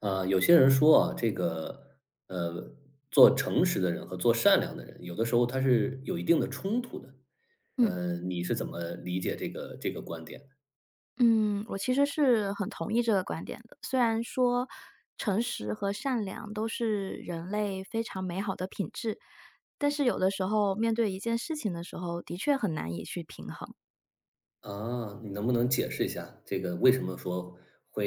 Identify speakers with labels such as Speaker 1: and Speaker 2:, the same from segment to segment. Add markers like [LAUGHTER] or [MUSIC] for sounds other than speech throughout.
Speaker 1: 啊，有些人说啊，这个呃，做诚实的人和做善良的人，有的时候他是有一定的冲突的。
Speaker 2: 嗯
Speaker 1: 你是怎么理解这个观点？
Speaker 2: 嗯，我其实是很同意这个观点的。虽然说诚实和善良都是人类非常美好的品质，但是有的时候面对一件事情的时候，的确很难以去平衡。
Speaker 1: 啊，你能不能解释一下这个为什么说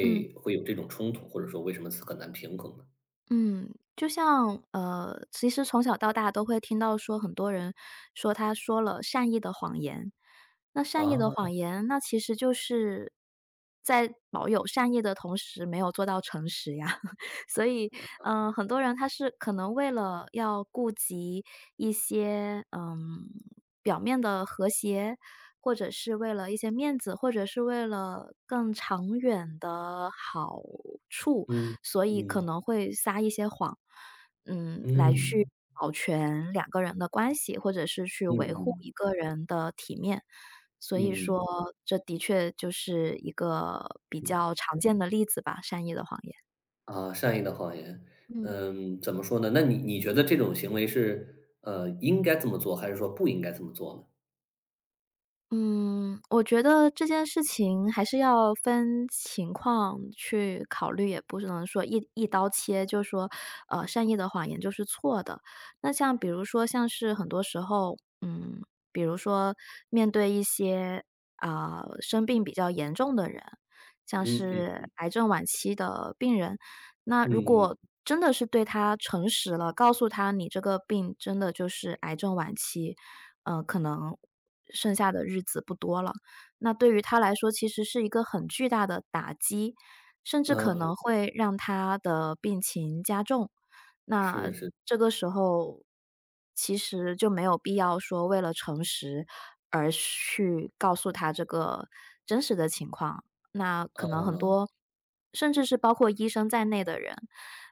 Speaker 2: 嗯。
Speaker 1: 会有这种冲突，或者说为什么是很难平衡呢？
Speaker 2: 嗯，就像其实从小到大都会听到说，很多人说他说了善意的谎言。那善意的谎
Speaker 1: 啊，
Speaker 2: 言，那其实就是在保有善意的同时，没有做到诚实呀。[LAUGHS] 所以，很多人他是可能为了要顾及一些表面的和谐，或者是为了一些面子，或者是为了更长远的好处。
Speaker 1: 嗯
Speaker 2: 所以可
Speaker 1: 嗯
Speaker 2: 能会撒一些谎，来去
Speaker 1: 嗯
Speaker 2: 保全两个人的关系，或者是去
Speaker 1: 嗯
Speaker 2: 维护
Speaker 1: 嗯
Speaker 2: 一个人的体面。所以说，
Speaker 1: 嗯
Speaker 2: 这的确就是一个比
Speaker 1: 嗯。
Speaker 2: 较常见的例子吧，善意的谎言。
Speaker 1: 啊，善意的谎言，
Speaker 2: 嗯。
Speaker 1: 怎么说呢？那你觉得这种行为是应该这么做，还是说不应该这么做呢？
Speaker 2: 嗯，我觉得这件事情还是要分情况去考虑，也不是能说一刀切，就说，善意的谎言就是错的。那像比如说，像是很多时候，嗯，比如说面对一些啊、生病比较严重的人，像
Speaker 1: 嗯嗯。
Speaker 2: 是癌症晚期的病人，那
Speaker 1: 嗯
Speaker 2: 如
Speaker 1: 嗯
Speaker 2: 果
Speaker 1: 嗯，
Speaker 2: 真的是对他诚实了，告诉他你这个病真的就是癌症晚期，可能剩下的日子不多了。那对于他来说，其实是一个很巨大的打击，甚至可能会让他的病情加重。那
Speaker 1: 是是，
Speaker 2: 这个时候，其实就没有必要说为了诚实而去告诉他这个真实的情况。那可能很
Speaker 1: 嗯，
Speaker 2: 多，甚至是包括医生在内的人，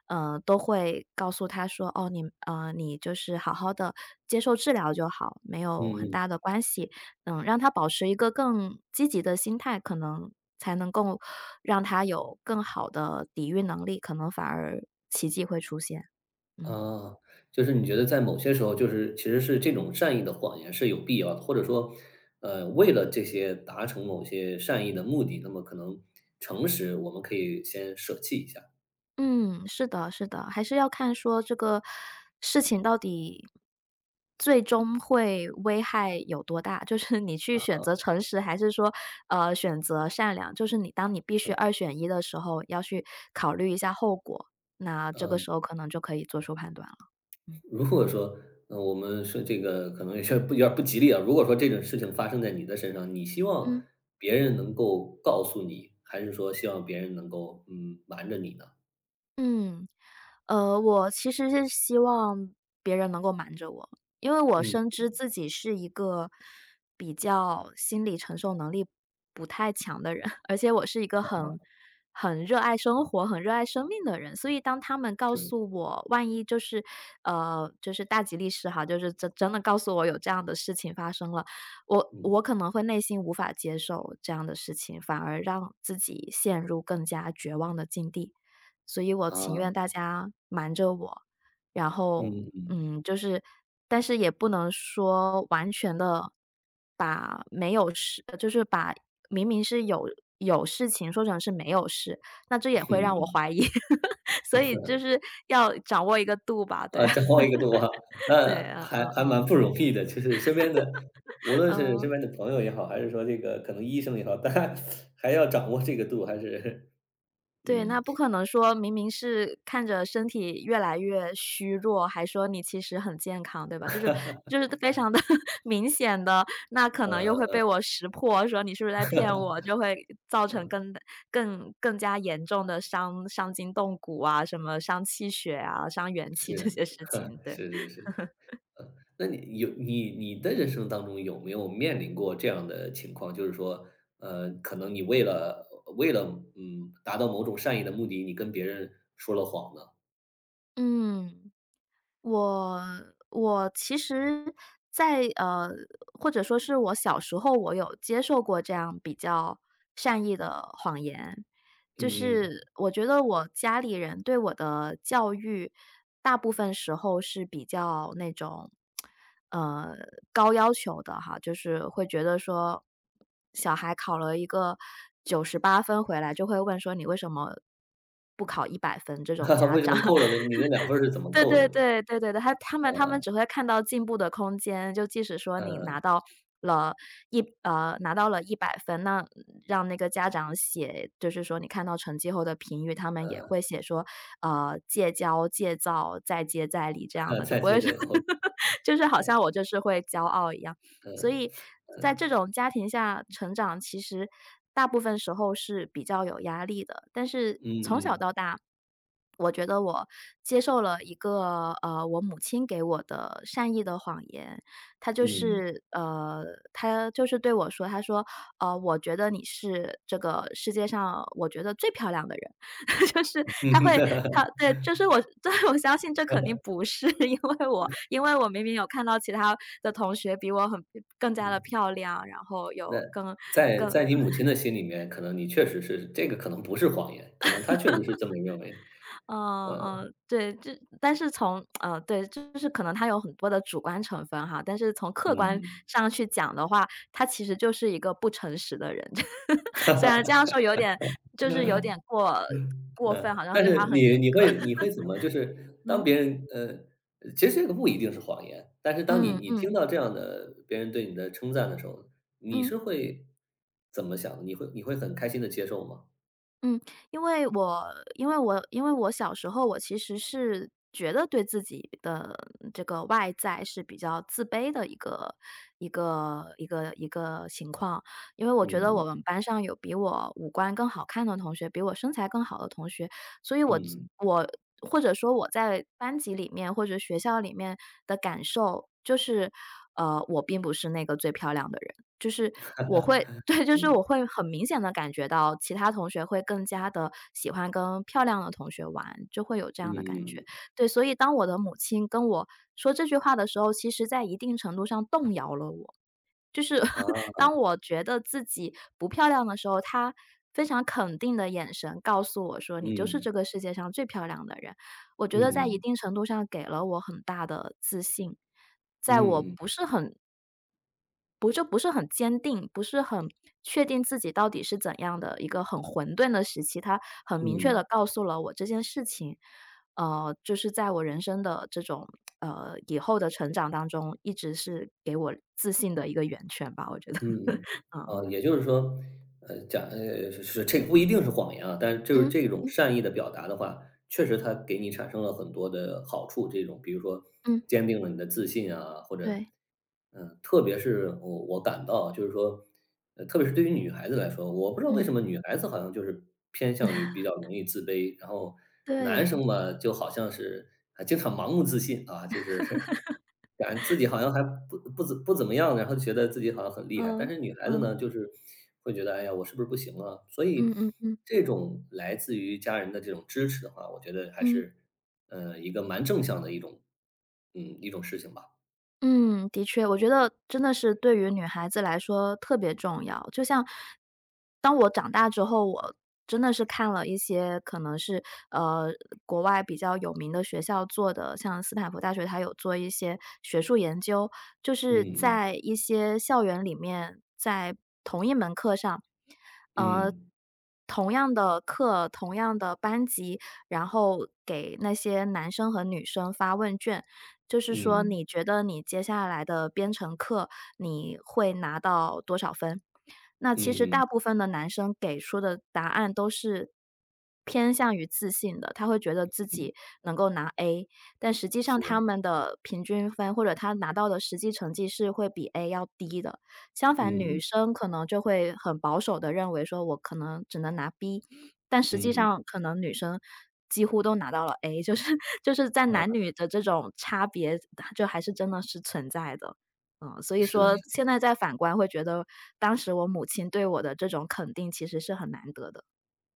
Speaker 2: 都会告诉他说：“哦，你你就是好好的接受治疗就好，没有很
Speaker 1: 嗯嗯。
Speaker 2: 大的关系。”嗯，让他保持一个更积极的心态，可能才能够让他有更好的抵御能力，可能反而奇迹会出现。嗯。
Speaker 1: 啊，就是你觉得在某些时候，就是其实是这种善意的谎言是有必要的，或者说，为了这些达成某些善意的目的，那么可能诚实我们可以先舍弃一下。
Speaker 2: 嗯，是的是的，还是要看说这个事情到底最终会危害有多大，就是你去选择诚实，还是说，选择善良，就是你当你必须二选一的时候，要去考虑一下后果，那这个
Speaker 1: 嗯，
Speaker 2: 时候可能就可以做出判断了，嗯。
Speaker 1: 如果说，我们说这个可能有点儿不吉利啊，如果说这种事情发生在你的身上，你希望
Speaker 2: 嗯。
Speaker 1: 别人能够告诉你，还是说希望别人能够瞒着你呢？
Speaker 2: 嗯。呃，我其实是希望别人能够瞒着我，因为我
Speaker 1: 嗯，
Speaker 2: 深知自己是一个比较心理承受能力不太强的人，[LAUGHS] 而且我是一个很热爱生活、很热爱生命的人，所以当他们告
Speaker 1: 嗯
Speaker 2: 诉我，万一就是就是大吉利是哈，就是真真的告诉我有这样的事情发生了，我
Speaker 1: 嗯
Speaker 2: 可能会内心无法接受这样的事情，反而让自己陷入更加绝望的境地。所以我情愿大
Speaker 1: 啊。
Speaker 2: 家瞒着我，然后，
Speaker 1: 嗯嗯，
Speaker 2: 嗯，就是但是也不能说完全的把没有事就是把明明是有有事情说成是没有事，那这
Speaker 1: 嗯
Speaker 2: 也会让我
Speaker 1: 嗯。
Speaker 2: 怀疑，[LAUGHS] 所以就是要掌握一个度吧，对
Speaker 1: 啊，
Speaker 2: 啊，
Speaker 1: 掌握一个度啊，
Speaker 2: [LAUGHS]
Speaker 1: 那
Speaker 2: 对，嗯
Speaker 1: 还
Speaker 2: 嗯
Speaker 1: 还蛮
Speaker 2: 嗯，
Speaker 1: 不容易的。就是身边的，无论是身
Speaker 2: 嗯。
Speaker 1: 边的朋友也好，还是说这个可能医生也好，[LAUGHS] 大家还要掌握这个度，还是
Speaker 2: 对，
Speaker 1: 嗯，
Speaker 2: 那不可能说明明是看着身体越来越虚弱，还说你其实很健康，对吧？就是非常的 [LAUGHS] 明显的，那可能又会
Speaker 1: 呃，
Speaker 2: 被我识破，说你是不是在骗我，就会造成更加严重的伤筋动骨啊，什么伤气血啊、伤元气这
Speaker 1: 是
Speaker 2: 些事情，
Speaker 1: [LAUGHS]，
Speaker 2: 对。
Speaker 1: 是是是。那你有你你的人生当中有没有面临过这样的情况？就是说，可能你为了达到某种善意的目的，你跟别人说了谎呢？
Speaker 2: 嗯。我我其实在，或者说是我小时候，我有接受过这样比较善意的谎言。就
Speaker 1: 嗯，
Speaker 2: 是我觉得我家里人对我的教育，大部分时候是比较那种，呃，高要求的哈，就是会觉得说，小孩考了一个98分回来，就会问说：“你为什么不考一百分？”这
Speaker 1: [LAUGHS]
Speaker 2: 种
Speaker 1: 哈哈，[LAUGHS]
Speaker 2: 家
Speaker 1: 为什
Speaker 2: 长。
Speaker 1: 么扣了呢？你那两分儿是怎么
Speaker 2: 对
Speaker 1: 扣的？
Speaker 2: 对对，对对对，他们只会看到进步的空间，就即使说你
Speaker 1: 嗯。
Speaker 2: 了拿到了一百分，那让那个家长写，就是说你看到成绩后的评语，他们也会写说，戒骄、戒躁、再接再厉这样的，就
Speaker 1: 再
Speaker 2: 不会
Speaker 1: 接
Speaker 2: 说
Speaker 1: 着以后，
Speaker 2: [LAUGHS] 就是好像我就是会骄傲一样。所以在这种家庭下成长，其实大部分时候是比较有压力的，但是
Speaker 1: 嗯
Speaker 2: 从小到
Speaker 1: 嗯
Speaker 2: 大我觉得我接受了一个，我母亲给我的善意的谎言。她就
Speaker 1: 嗯
Speaker 2: 是呃，她就是对我说，她说：我觉得你是这个世界上我觉得最漂亮的人。”就是她会她对，就是我 [LAUGHS] 对，我相信这肯定不是，[LAUGHS] 因为我明明有看到其他的同学比我更加的
Speaker 1: 嗯，
Speaker 2: 漂亮，然后有
Speaker 1: 在
Speaker 2: 更
Speaker 1: 在你母亲的心里面，可能你确实是这个可能不是谎言，可能她确实是这么认为。
Speaker 2: 嗯嗯，对，这但是从对，就是可能它有很多的主观成分哈，但是从客观
Speaker 1: 嗯，
Speaker 2: 上去讲的话，他其实就是一个不诚实的人。[LAUGHS] 虽然这样说有点就是有点过过
Speaker 1: 嗯，
Speaker 2: 分，好像
Speaker 1: 但
Speaker 2: 对
Speaker 1: 是
Speaker 2: 他很严
Speaker 1: 你你
Speaker 2: 格。
Speaker 1: 会你
Speaker 2: [LAUGHS]
Speaker 1: 会怎么就是当
Speaker 2: 嗯，
Speaker 1: 别人其实这个不一定是谎言，但是当你
Speaker 2: 嗯
Speaker 1: 你
Speaker 2: 嗯
Speaker 1: 听到这样的别人对你的称赞的时候，你
Speaker 2: 嗯。
Speaker 1: 是会怎么想的你会很开心的接受吗？
Speaker 2: 嗯，因为我因为我小时候我其实是觉得对自己的这个外在是比较自卑的一个情况。因为我觉得
Speaker 1: 嗯
Speaker 2: 我们班上有比我五官更好看的同学，比我身材更好的同学，所以我
Speaker 1: 嗯
Speaker 2: 我或者说我在班级里面或者学校里面的感受就是，我并不是那个最漂亮的人。就是我会 [LAUGHS] 对，就是
Speaker 1: 嗯
Speaker 2: 我会很明显的感觉到其他同学会更加的喜欢跟漂亮的同学玩，就会有这
Speaker 1: 嗯
Speaker 2: 样的感
Speaker 1: 嗯嗯
Speaker 2: 觉。
Speaker 1: 嗯，
Speaker 2: 对，所以当我的母亲跟我说这句话的时候，其实在一定程度上动摇了我。就是 [LAUGHS]
Speaker 1: 啊，
Speaker 2: 当我觉得自己不漂亮的时候，她非常肯定的眼神告诉我说：“你就是
Speaker 1: 嗯
Speaker 2: 这个世界上最漂亮的人。”我觉得在一
Speaker 1: 嗯
Speaker 2: 定程度上给了我很大的自信。在我
Speaker 1: 嗯嗯
Speaker 2: 不就不是很坚定，不是很确定自己到底是怎样的一个很混沌的时期，他很明确的
Speaker 1: 嗯。
Speaker 2: 告诉了我这件事情。就是在我人生的这种，以后的成长当中，一直是给我自信的一个源泉吧，我觉得。
Speaker 1: 嗯，
Speaker 2: [LAUGHS] 嗯。
Speaker 1: 啊，也就是说，是是这不一定是谎言啊，但是就是
Speaker 2: 嗯，
Speaker 1: 这种
Speaker 2: 嗯，
Speaker 1: 善意的表达的话，确实它给你产生了很多的好处，这种比如说
Speaker 2: 嗯，
Speaker 1: 坚定了你的自信啊，或者，
Speaker 2: 对，
Speaker 1: 嗯，特别是我感到啊就是说，特别是对于女孩子来说，我不知道为
Speaker 2: 嗯，
Speaker 1: 什么女孩子好像就是偏向于比较容易自卑，然后男
Speaker 2: 对，
Speaker 1: 生嘛，就好像是啊经常盲目自信啊，就是 [LAUGHS] 感觉自己好像还不怎么样，然后觉得自己好像很厉害。但
Speaker 2: 嗯，
Speaker 1: 是女孩子
Speaker 2: 嗯，
Speaker 1: 呢，就是会觉得，哎呀，我是不是不行啊？所
Speaker 2: 嗯
Speaker 1: 以
Speaker 2: 嗯嗯，
Speaker 1: 这种来自于家人的这种支持的话，我觉得还
Speaker 2: 嗯。
Speaker 1: 是，一个蛮正向的一种，嗯，一种事情吧。
Speaker 2: 嗯，的确，我觉得真的是对于女孩子来说特别重要。就像当我长大之后，我真的是看了一些可能是呃国外比较有名的学校做的，像斯坦福大学，它有做一些学术研究，就是
Speaker 1: 嗯
Speaker 2: 在一些校园里面，在同一门课上，呃，
Speaker 1: 嗯
Speaker 2: 同样的课，同样的班级，然后给那些男生和女生发问卷。就是说
Speaker 1: 嗯
Speaker 2: 你觉得你接下来的编程课，你会拿到多少分？那
Speaker 1: 嗯
Speaker 2: 其实
Speaker 1: 嗯
Speaker 2: 大部
Speaker 1: 嗯
Speaker 2: 分的男生给出的答案都是偏向于自信的，他会觉得自
Speaker 1: 嗯，
Speaker 2: 己能够拿 A，但实际上
Speaker 1: 是
Speaker 2: 他
Speaker 1: 的，
Speaker 2: 们的平均分或者他拿到的实际成绩是会比 A 要低的。相反，
Speaker 1: 嗯
Speaker 2: 女
Speaker 1: 嗯
Speaker 2: 生可能就会很保守的认为说我可能只能拿 B，但实际
Speaker 1: 嗯嗯，
Speaker 2: 上可能女生几乎都拿到了 A，就是 [LAUGHS] 就是在
Speaker 1: 嗯，
Speaker 2: 男女的这种差别，就还是真的是存在的。嗯，所以
Speaker 1: 是的，
Speaker 2: 说
Speaker 1: 是
Speaker 2: 现在再反观会觉得，当时我母亲对我的这种肯定其实是很难得的。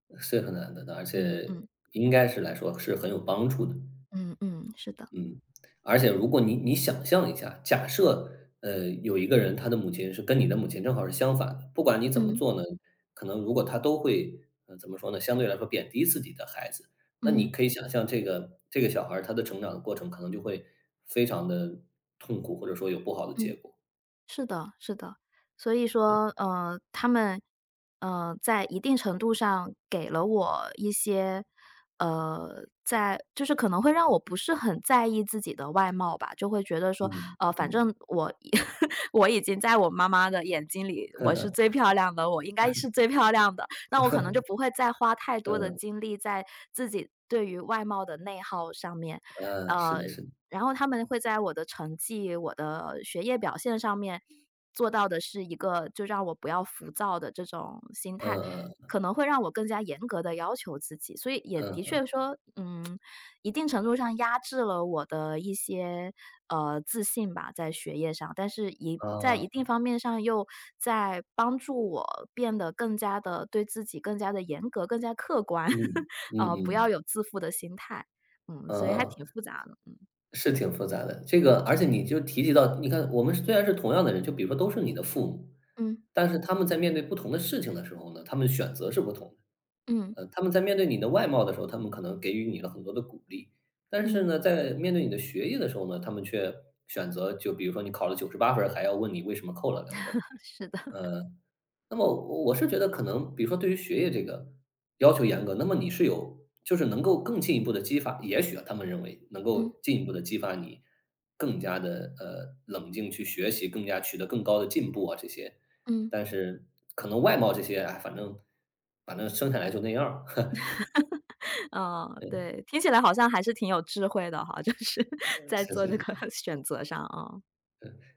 Speaker 1: 的，是很难得的，而
Speaker 2: 嗯嗯
Speaker 1: 且应该是来说是很有帮助的。
Speaker 2: 嗯嗯，是的，
Speaker 1: 嗯，而且如果你想象一下，假设，有一个人，他的母亲是跟你的母亲正好是相反的，不管你怎么
Speaker 2: 嗯
Speaker 1: 做呢，可能如果他都会，怎么说呢，相对来说贬低自己的孩子，那
Speaker 2: 嗯
Speaker 1: 你可以想象这个小孩儿他的成长的过程可能就会非常的痛苦，或者说有不好的结
Speaker 2: 嗯。
Speaker 1: 果。
Speaker 2: 是的，是的。所以说，他们，在一定程度上给了我一些，在就是可能会让我不是很在意自己的外貌吧，就会觉得说，
Speaker 1: 嗯，
Speaker 2: 反
Speaker 1: 嗯
Speaker 2: 正我 [LAUGHS] 我已经在我妈妈的眼睛里，我是最
Speaker 1: [LAUGHS]，
Speaker 2: 漂亮的，我应该是最漂亮的，那我可能就不会再花太多的
Speaker 1: 嗯，
Speaker 2: 精力在自己对于外貌的内耗上面，
Speaker 1: 嗯，是
Speaker 2: 呃，
Speaker 1: 的是的，
Speaker 2: 然后他们会在我的成绩、我的学业表现上面做到的是一个就让我不要浮躁的这种心态，
Speaker 1: 嗯
Speaker 2: 可能会让我更加严格的要求自己。所以也
Speaker 1: 嗯，
Speaker 2: 的
Speaker 1: 嗯，
Speaker 2: 确说，嗯，一定程度上压制了我的一些，自信吧，在学业上，但是在一
Speaker 1: 啊，
Speaker 2: 定方面上又在帮助我变得更加的对自己更加的严格、更加客观，
Speaker 1: 嗯，
Speaker 2: [LAUGHS]
Speaker 1: 嗯
Speaker 2: 不要
Speaker 1: 嗯，
Speaker 2: 有自负的心态。嗯，所以还
Speaker 1: 呃。
Speaker 2: 挺复杂的，
Speaker 1: 是挺复杂的，这个而且你就提及到，你看我们虽然是同样的人，就比如说都是你的父母，
Speaker 2: 嗯。
Speaker 1: 但是他们在面对不同的事情的时候呢，他们选择是不同的。
Speaker 2: 嗯
Speaker 1: 他们在面对你的外貌的时候，他们可能给予你了很多的鼓励，但是
Speaker 2: 嗯
Speaker 1: 呢，在面对你的学业的时候呢，他们却选择就比如说你考了九十八分儿还要问你为什么扣了两分儿。
Speaker 2: [LAUGHS]。是的。
Speaker 1: 呃那么我是觉得可能比如说对于学业这个要求严格，那么你是有就是能够更进一步的激发也许啊，他们认为能
Speaker 2: 嗯
Speaker 1: 够进一步的激发你更加的冷静去学习，更加取得更高的进步啊这些。
Speaker 2: 嗯。
Speaker 1: 但是可能外貌这些，哎，反正生下来就那样儿，[LAUGHS]
Speaker 2: [LAUGHS] 嗯，
Speaker 1: 对，
Speaker 2: 对，听起来好像还是挺有智慧的哈，就是 [LAUGHS] 在
Speaker 1: 是是
Speaker 2: 做这个
Speaker 1: 是。
Speaker 2: [LAUGHS] 选择上啊。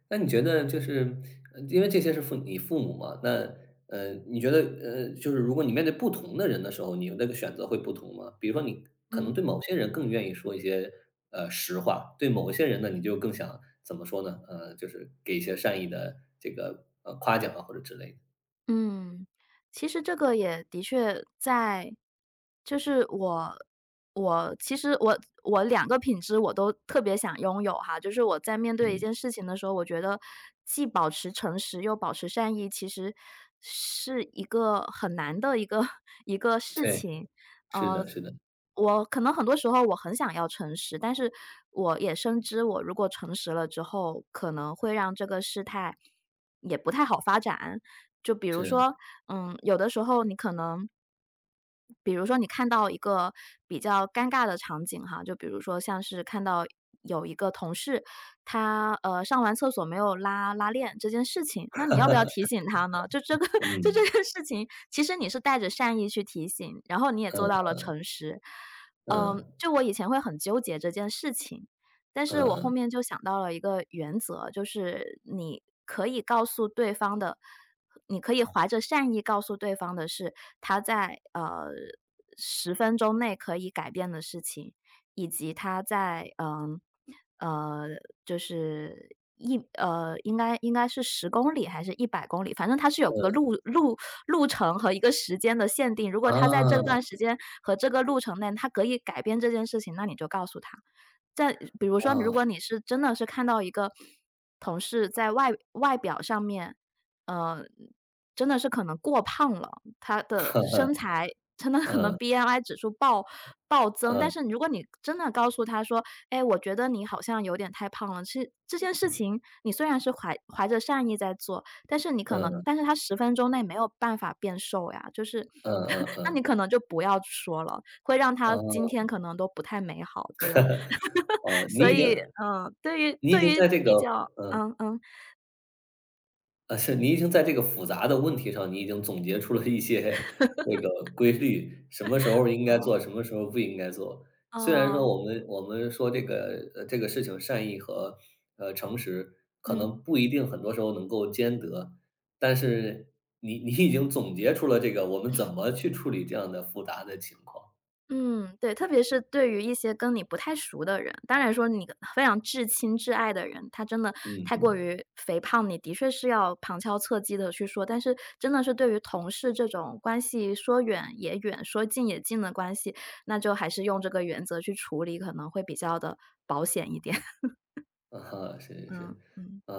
Speaker 1: 那你觉得就是因为这些是父母嘛，那你觉得就是如果你面对不同的人的时候，你那个选择会不同吗？比如说你可能
Speaker 2: 嗯
Speaker 1: 对某些人更愿意说一些实话，对某一些人呢，你就更想怎么说呢？就是给一些善意的这个夸奖啊或者之类的。
Speaker 2: 嗯，其实这个也的确在就是我其实我两个品质我都特别想拥有哈，就是我在面对一
Speaker 1: 嗯，
Speaker 2: 件事情的时候，我觉得既保持诚实又保持善意，其实是一个很难的一个 [LAUGHS] 一个事
Speaker 1: 对，
Speaker 2: 情。
Speaker 1: 是
Speaker 2: 呃，
Speaker 1: 的，是的，
Speaker 2: 我可能很多时候我很想要诚实，但是我也深知我如果诚实了之后，可能会让这个事态也不太好发展。就比如
Speaker 1: 是，
Speaker 2: 说，嗯，有的时候你可能比如说你看到一个比较尴尬的场景哈，就比如说像是看到有一个同事，他，上完厕所没有拉拉链这件事情，那你要不要提醒他呢？就这个 [LAUGHS] 就这
Speaker 1: 嗯
Speaker 2: 个事情，其实你是带着善意去提醒，然后你也做
Speaker 1: 嗯
Speaker 2: 到了诚实。嗯，
Speaker 1: 嗯
Speaker 2: 就我以前会很纠结这件事情，但是我后
Speaker 1: 嗯
Speaker 2: 面就想到了一个原则，就是你可以怀着善意告诉对方的是，他在，十分钟内可以改变的事情，以及他在呃，就是一呃，应该是十公里还是一百公里，反正它是有个路程和一个时间的限定。如果他在这
Speaker 1: 啊
Speaker 2: 段时间和这个路程内，他可以改变这件事情，那你就告诉他。在比如说，如
Speaker 1: 啊，
Speaker 2: 果你是真的是看到一个同事在外表上面，呃，真的是可能过胖了，他的身材真的
Speaker 1: [LAUGHS]
Speaker 2: 可能
Speaker 1: 嗯
Speaker 2: BMI 指数暴增，但是
Speaker 1: 嗯
Speaker 2: 如果你真的告诉他说：“哎，我觉得你好像有点太胖了。”其实这件事情你虽然是怀着善意在做，但是你可
Speaker 1: 嗯
Speaker 2: 能
Speaker 1: 嗯
Speaker 2: 但是他十分钟内没有办法变瘦呀，就是
Speaker 1: 嗯嗯
Speaker 2: [LAUGHS] 那
Speaker 1: 嗯，
Speaker 2: 你可能就不要说了，会让他今
Speaker 1: 哦
Speaker 2: 天可能都不太美好这种。
Speaker 1: 哦，
Speaker 2: [LAUGHS]
Speaker 1: 你
Speaker 2: 所
Speaker 1: 已经
Speaker 2: 以，嗯，对于
Speaker 1: 你已
Speaker 2: 对
Speaker 1: 经
Speaker 2: 于
Speaker 1: 在这个
Speaker 2: 比较
Speaker 1: 呃，是你已经在这个复杂的问题上，你已经总结出了一些那个规律，什么时候应该
Speaker 2: 嗯
Speaker 1: 做，什么时候不应该做。虽然说
Speaker 2: 嗯
Speaker 1: 我们说这个这个事情善意和，诚实可
Speaker 2: 嗯。
Speaker 1: 能不一定很多时候能够兼得，但是你已经总结出了这个我们怎么去处理这样的复杂的情况。
Speaker 2: 嗯，对，特别是对于一些跟你不太熟的人，当然说你跟非常至亲至爱的人，他真的
Speaker 1: 嗯
Speaker 2: 太过于肥胖，你的确是要旁敲侧击的去说。但是真的是对于同事这种关系说远也远，说近也近的关系，那就还是用这个原则去处理，可能会比较的保险一点。[LAUGHS]
Speaker 1: 嗯，啊哈，是是
Speaker 2: 嗯，
Speaker 1: 是。
Speaker 2: 嗯。
Speaker 1: 啊，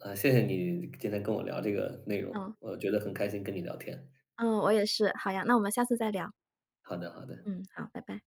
Speaker 1: 啊，谢谢你今天跟我聊这个内容，
Speaker 2: 嗯，
Speaker 1: 我觉得很开心跟你聊天。
Speaker 2: 嗯，我也是。好呀，那我们下次再聊。
Speaker 1: 好的好的，
Speaker 2: 嗯，好，拜拜。